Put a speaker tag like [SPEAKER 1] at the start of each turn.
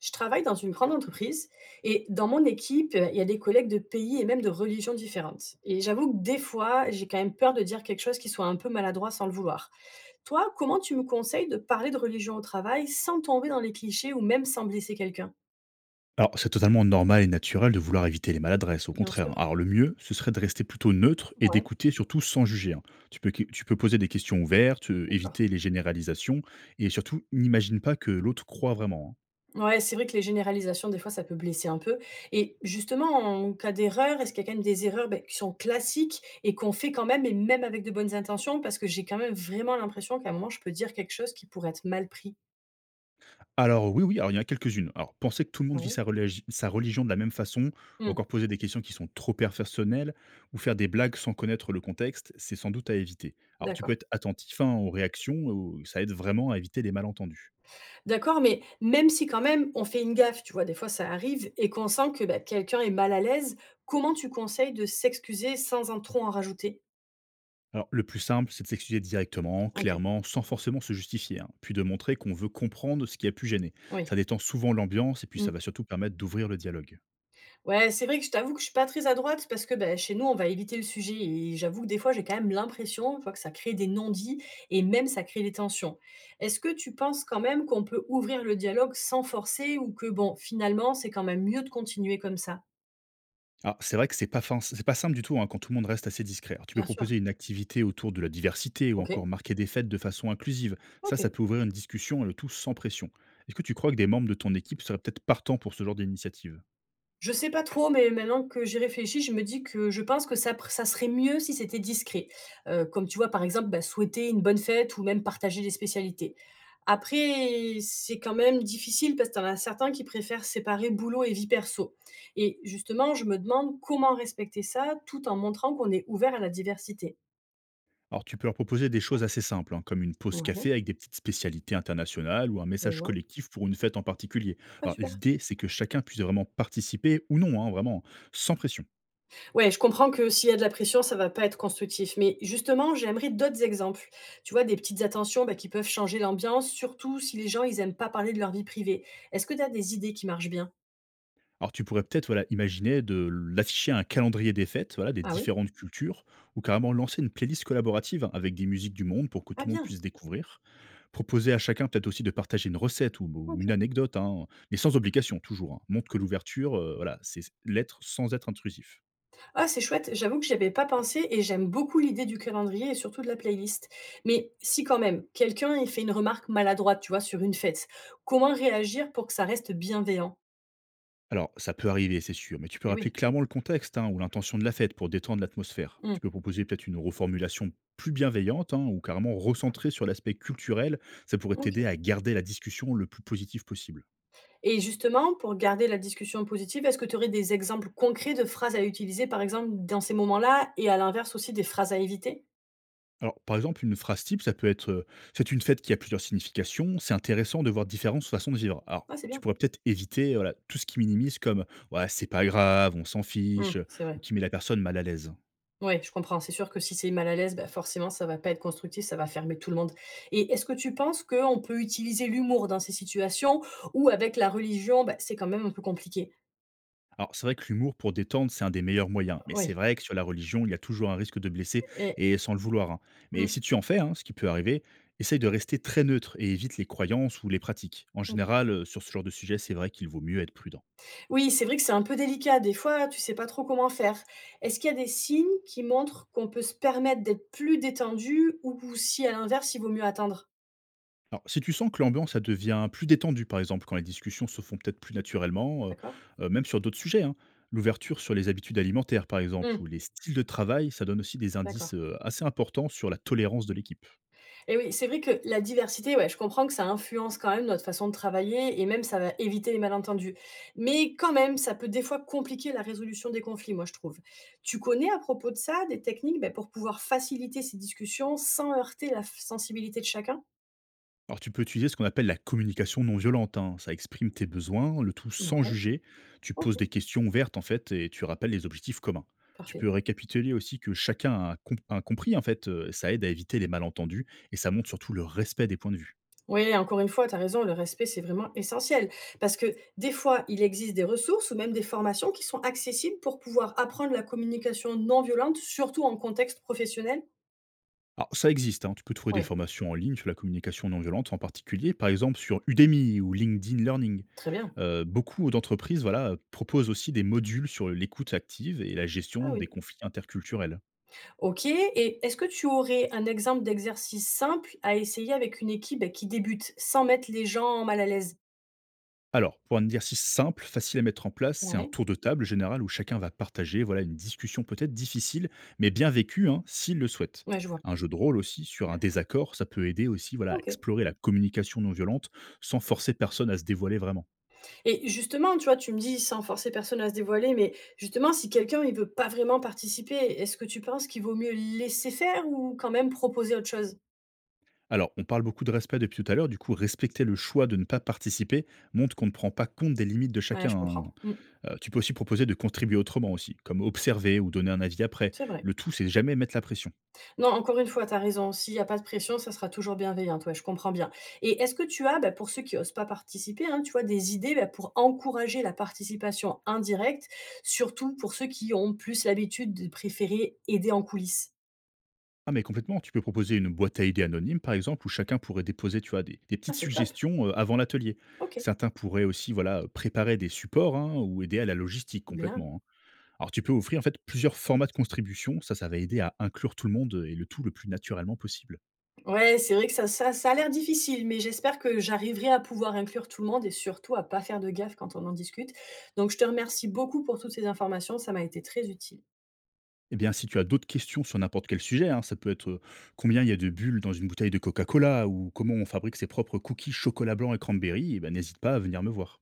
[SPEAKER 1] Je travaille dans une grande entreprise et dans mon équipe, il y a des collègues de pays et même de religions différentes. Et j'avoue que des fois, j'ai quand même peur de dire quelque chose qui soit un peu maladroit sans le vouloir. Toi, comment tu me conseilles de parler de religion au travail sans tomber dans les clichés ou même sans blesser quelqu'un?
[SPEAKER 2] Alors, c'est totalement normal et naturel de vouloir éviter les maladresses, au
[SPEAKER 1] Bien
[SPEAKER 2] contraire,
[SPEAKER 1] sûr.
[SPEAKER 2] hein. Alors, le mieux, ce serait de rester plutôt neutre et
[SPEAKER 1] Ouais,
[SPEAKER 2] d'écouter surtout sans juger, hein. Tu peux poser des questions ouvertes,
[SPEAKER 1] d'accord.
[SPEAKER 2] éviter les généralisations et surtout, n'imagine pas que l'autre croit vraiment, hein.
[SPEAKER 1] Ouais, c'est vrai que les généralisations, des fois, ça peut blesser un peu et justement, en cas d'erreur, est-ce qu'il y a quand même des erreurs, beh, qui sont classiques et qu'on fait quand même et même avec de bonnes intentions? Parce que j'ai quand même vraiment l'impression qu'à un moment, je peux dire quelque chose qui pourrait être mal pris.
[SPEAKER 2] Alors, alors il y en a quelques-unes. Alors, penser que tout le monde vit
[SPEAKER 1] Ouais.
[SPEAKER 2] sa religion de la même façon, ou
[SPEAKER 1] Mmh,
[SPEAKER 2] encore poser des questions qui sont trop personnelles, ou faire des blagues sans connaître le contexte, c'est sans doute à éviter. Alors, tu peux
[SPEAKER 1] d'accord.
[SPEAKER 2] être attentif, hein, aux réactions. Ça aide vraiment à éviter les malentendus.
[SPEAKER 1] D'accord, mais même si quand même on fait une gaffe, tu vois? Des fois, ça arrive et qu'on sent que, bah, quelqu'un est mal à l'aise, comment tu conseilles de s'excuser sans en trop en rajouter?
[SPEAKER 2] Alors, le plus simple, c'est de s'excuser directement,
[SPEAKER 1] OK,
[SPEAKER 2] clairement, sans forcément se justifier, hein, puis de montrer qu'on veut comprendre ce qui a pu gêner.
[SPEAKER 1] oui.
[SPEAKER 2] Ça détend souvent l'ambiance et puis ça
[SPEAKER 1] Mmh.
[SPEAKER 2] va surtout permettre d'ouvrir le dialogue.
[SPEAKER 1] Ouais, c'est vrai que je t'avoue que je suis pas très à droite parce que, ben chez nous, on va éviter le sujet et j'avoue que des fois, j'ai quand même l'impression, tu vois, que ça crée des non-dits et même ça crée des tensions. Est-ce que tu penses quand même qu'on peut ouvrir le dialogue sans forcer ou que bon, finalement, c'est quand même mieux de continuer comme ça?
[SPEAKER 2] Alors, c'est vrai que c'est pas simple du tout, hein, quand tout le monde reste assez discret. Alors, tu peux
[SPEAKER 1] Bien sûr.
[SPEAKER 2] proposer une activité autour de la diversité ou encore
[SPEAKER 1] OK.
[SPEAKER 2] marquer des fêtes de façon inclusive. Ça
[SPEAKER 1] OK.
[SPEAKER 2] peut ouvrir une discussion et le tout sans pression. Est-ce que tu crois que des membres de ton équipe seraient peut-être partants pour ce genre d'initiative?
[SPEAKER 1] Je sais pas trop, mais maintenant que j'y réfléchis, je me dis que je pense que ça serait mieux si c'était discret. Comme tu vois, par exemple, bah, souhaiter une bonne fête ou même partager des spécialités. Après, c'est quand même difficile parce que tu en as certains qui préfèrent séparer boulot et vie perso et justement, je me demande comment respecter ça tout en montrant qu'on est ouvert à la diversité?
[SPEAKER 2] Alors, tu peux leur proposer des choses assez simples, hein, comme une pause
[SPEAKER 1] Ouais,
[SPEAKER 2] café avec des petites spécialités internationales ou un
[SPEAKER 1] je
[SPEAKER 2] message
[SPEAKER 1] vois.
[SPEAKER 2] collectif pour une fête en particulier.
[SPEAKER 1] Ah
[SPEAKER 2] Alors,
[SPEAKER 1] super.
[SPEAKER 2] l'idée, c'est que chacun puisse vraiment participer ou non, hein, vraiment, sans pression.
[SPEAKER 1] Ouais, je comprends que s'il y a de la pression, ça va pas être constructif. Mais justement, j'aimerais d'autres exemples. Tu vois, des petites attentions bah, qui peuvent changer l'ambiance, surtout si les gens, ils aiment pas parler de leur vie privée. Est-ce que tu as des idées qui marchent bien?
[SPEAKER 2] Alors, tu pourrais peut-être, voilà, imaginer de l'afficher à un calendrier des fêtes, voilà, des
[SPEAKER 1] Ah oui?
[SPEAKER 2] différentes cultures, ou carrément lancer une playlist collaborative avec des musiques du monde pour que
[SPEAKER 1] Ah
[SPEAKER 2] tout le monde
[SPEAKER 1] bien,
[SPEAKER 2] puisse découvrir. Proposer à chacun peut-être aussi de partager une recette ou une
[SPEAKER 1] ok.
[SPEAKER 2] anecdote, hein, mais sans obligation toujours, hein. Montre que l'ouverture, voilà, c'est l'être sans être intrusif.
[SPEAKER 1] Ah, c'est chouette, j'avoue que j'y avais pas pensé et j'aime beaucoup l'idée du calendrier et surtout de la playlist. Mais si quand même, quelqu'un il fait une remarque maladroite, tu vois, sur une fête, comment réagir pour que ça reste bienveillant?
[SPEAKER 2] Alors, ça peut arriver, c'est sûr, mais tu peux
[SPEAKER 1] Eh
[SPEAKER 2] rappeler
[SPEAKER 1] oui.
[SPEAKER 2] clairement le contexte, hein, ou l'intention de la fête pour détendre l'atmosphère.
[SPEAKER 1] Hmm.
[SPEAKER 2] Tu peux proposer peut-être une reformulation plus bienveillante, hein, ou carrément recentrée sur l'aspect culturel. Ça pourrait t'aider
[SPEAKER 1] Ok.
[SPEAKER 2] à garder la discussion le plus positive possible.
[SPEAKER 1] Et justement, pour garder la discussion positive, est-ce que tu aurais des exemples concrets de phrases à utiliser, par exemple, dans ces moments-là et à l'inverse aussi des phrases à éviter?
[SPEAKER 2] Alors, par exemple, une phrase type, ça peut être, c'est une fête qui a plusieurs significations, c'est intéressant de voir différentes façons de vivre. Alors,
[SPEAKER 1] Ouais, c'est
[SPEAKER 2] tu
[SPEAKER 1] bien.
[SPEAKER 2] pourrais peut-être éviter, voilà, tout ce qui minimise, comme «ouais, c'est pas grave, on s'en
[SPEAKER 1] Mmh,
[SPEAKER 2] fiche»,
[SPEAKER 1] c'est
[SPEAKER 2] ou
[SPEAKER 1] vrai.
[SPEAKER 2] qui met la personne mal à l'aise.
[SPEAKER 1] Oui, je comprends. C'est sûr que si c'est mal à l'aise, bah, forcément, ça va pas être constructif, ça va fermer tout le monde. Et est-ce que tu penses qu'on peut utiliser l'humour dans ces situations ou avec la religion, bah, c'est quand même un peu compliqué?
[SPEAKER 2] Alors, c'est vrai que l'humour pour détendre, c'est un des meilleurs moyens. Mais c'est
[SPEAKER 1] Oui
[SPEAKER 2] vrai que sur la religion, il y a toujours un risque de blesser,
[SPEAKER 1] et
[SPEAKER 2] et sans le vouloir, hein. Mais
[SPEAKER 1] mmh,
[SPEAKER 2] si tu en fais, hein, ce qui peut arriver, essaye de rester très neutre et évite les croyances ou les pratiques. En
[SPEAKER 1] OK.
[SPEAKER 2] général, sur ce genre de sujet, c'est vrai qu'il vaut mieux être prudent.
[SPEAKER 1] Oui, c'est vrai que c'est un peu délicat. Des fois, tu sais pas trop comment faire. Est-ce qu'il y a des signes qui montrent qu'on peut se permettre d'être plus détendu ou si à l'inverse, il vaut mieux attendre?
[SPEAKER 2] Alors, si tu sens que l'ambiance ça devient plus détendue, par exemple, quand les discussions se font peut-être plus naturellement,
[SPEAKER 1] D'accord?
[SPEAKER 2] même sur d'autres sujets, hein, l'ouverture sur les habitudes alimentaires, par exemple, ou
[SPEAKER 1] Mmh,
[SPEAKER 2] les styles de travail, ça donne aussi des
[SPEAKER 1] d'accord.
[SPEAKER 2] indices assez importants sur la tolérance de l'équipe.
[SPEAKER 1] Et oui, c'est vrai que la diversité, ouais, je comprends que ça influence quand même notre façon de travailler et même ça va éviter les malentendus. Mais quand même, ça peut des fois compliquer la résolution des conflits, moi, je trouve. Tu connais à propos de ça des techniques, ben, pour pouvoir faciliter ces discussions sans heurter la sensibilité de chacun?
[SPEAKER 2] Alors tu peux utiliser ce qu'on appelle la communication non violente, hein. Ça exprime tes besoins, le tout sans
[SPEAKER 1] Ouais,
[SPEAKER 2] juger, tu
[SPEAKER 1] ok,
[SPEAKER 2] poses des questions ouvertes en fait et tu rappelles les objectifs communs. Tu
[SPEAKER 1] parfait.
[SPEAKER 2] peux récapituler aussi que a compris en fait. Ça aide à éviter les malentendus et ça montre surtout le respect des points de vue.
[SPEAKER 1] Oui, encore une fois, tu as raison, le respect, c'est vraiment essentiel. Parce que des fois, il existe des ressources ou même des formations qui sont accessibles pour pouvoir apprendre la communication non violente, surtout en contexte professionnel.
[SPEAKER 2] Alors ça existe, hein. Tu peux trouver des
[SPEAKER 1] Oui,
[SPEAKER 2] formations en ligne sur la communication non violente en particulier, par exemple sur Udemy ou LinkedIn Learning.
[SPEAKER 1] très bien.
[SPEAKER 2] Beaucoup d'entreprises, voilà, proposent aussi des modules sur l'écoute active et la
[SPEAKER 1] Ah
[SPEAKER 2] gestion des
[SPEAKER 1] oui.
[SPEAKER 2] conflits interculturels.
[SPEAKER 1] Ok, et est-ce que tu aurais un exemple d'exercice simple à essayer avec une équipe bah, qui débute sans mettre les gens mal à l'aise?
[SPEAKER 2] Alors, pour un exercice simple, facile à mettre en place, c'est un
[SPEAKER 1] Ouais,
[SPEAKER 2] tour de table général où chacun va partager, voilà, une discussion peut-être difficile, mais bien vécue, hein, s'il le souhaite.
[SPEAKER 1] ouais, je vois.
[SPEAKER 2] Un jeu de rôle aussi sur un désaccord, ça peut aider aussi, voilà, à
[SPEAKER 1] Ok.
[SPEAKER 2] explorer la communication non violente sans forcer personne à se dévoiler vraiment.
[SPEAKER 1] Et justement, tu vois, tu me dis sans forcer personne à se dévoiler, mais justement, si quelqu'un il veut pas vraiment participer, est-ce que tu penses qu'il vaut mieux laisser faire ou quand même proposer autre chose?
[SPEAKER 2] Alors, on parle beaucoup de respect depuis tout à l'heure, du coup, respecter le choix de ne pas participer montre qu'on ne prend pas compte des limites de
[SPEAKER 1] Ouais,
[SPEAKER 2] chacun,
[SPEAKER 1] je
[SPEAKER 2] hein.
[SPEAKER 1] comprends. Mmh,
[SPEAKER 2] Tu peux aussi proposer de contribuer autrement aussi, comme observer ou donner un avis après.
[SPEAKER 1] c'est vrai.
[SPEAKER 2] Le tout, c'est jamais mettre la pression.
[SPEAKER 1] Non, encore une fois, tu as raison. S'il y a pas de pression, ça sera toujours bienveillant. Ouais, je comprends bien. Et est-ce que tu as, bah, pour ceux qui osent pas participer, hein, tu vois, des idées bah, pour encourager la participation indirecte, surtout pour ceux qui ont plus l'habitude de préférer aider en coulisses?
[SPEAKER 2] Ah mais complètement, tu peux proposer une boîte à idées anonyme par exemple où chacun pourrait déposer, tu vois, des petites
[SPEAKER 1] Ah, c'est top.
[SPEAKER 2] suggestions, avant l'atelier.
[SPEAKER 1] OK.
[SPEAKER 2] Certains pourraient aussi, voilà, préparer des supports, hein, ou aider à la logistique
[SPEAKER 1] Bien.
[SPEAKER 2] complètement, hein. Alors tu peux offrir en fait plusieurs formats de contribution, ça va aider à inclure tout le monde et le tout le plus naturellement possible.
[SPEAKER 1] Ouais, c'est vrai que ça a l'air difficile, mais j'espère que j'arriverai à pouvoir inclure tout le monde et surtout à pas faire de gaffe quand on en discute. Donc je te remercie beaucoup pour toutes ces informations, ça m'a été très utile.
[SPEAKER 2] Eh bien si tu as d'autres questions sur n'importe quel sujet, hein, ça peut être, combien il y a de bulles dans une bouteille de Coca-Cola ou comment on fabrique ses propres cookies chocolat blanc et cranberry, eh ben, n'hésite pas à venir me voir.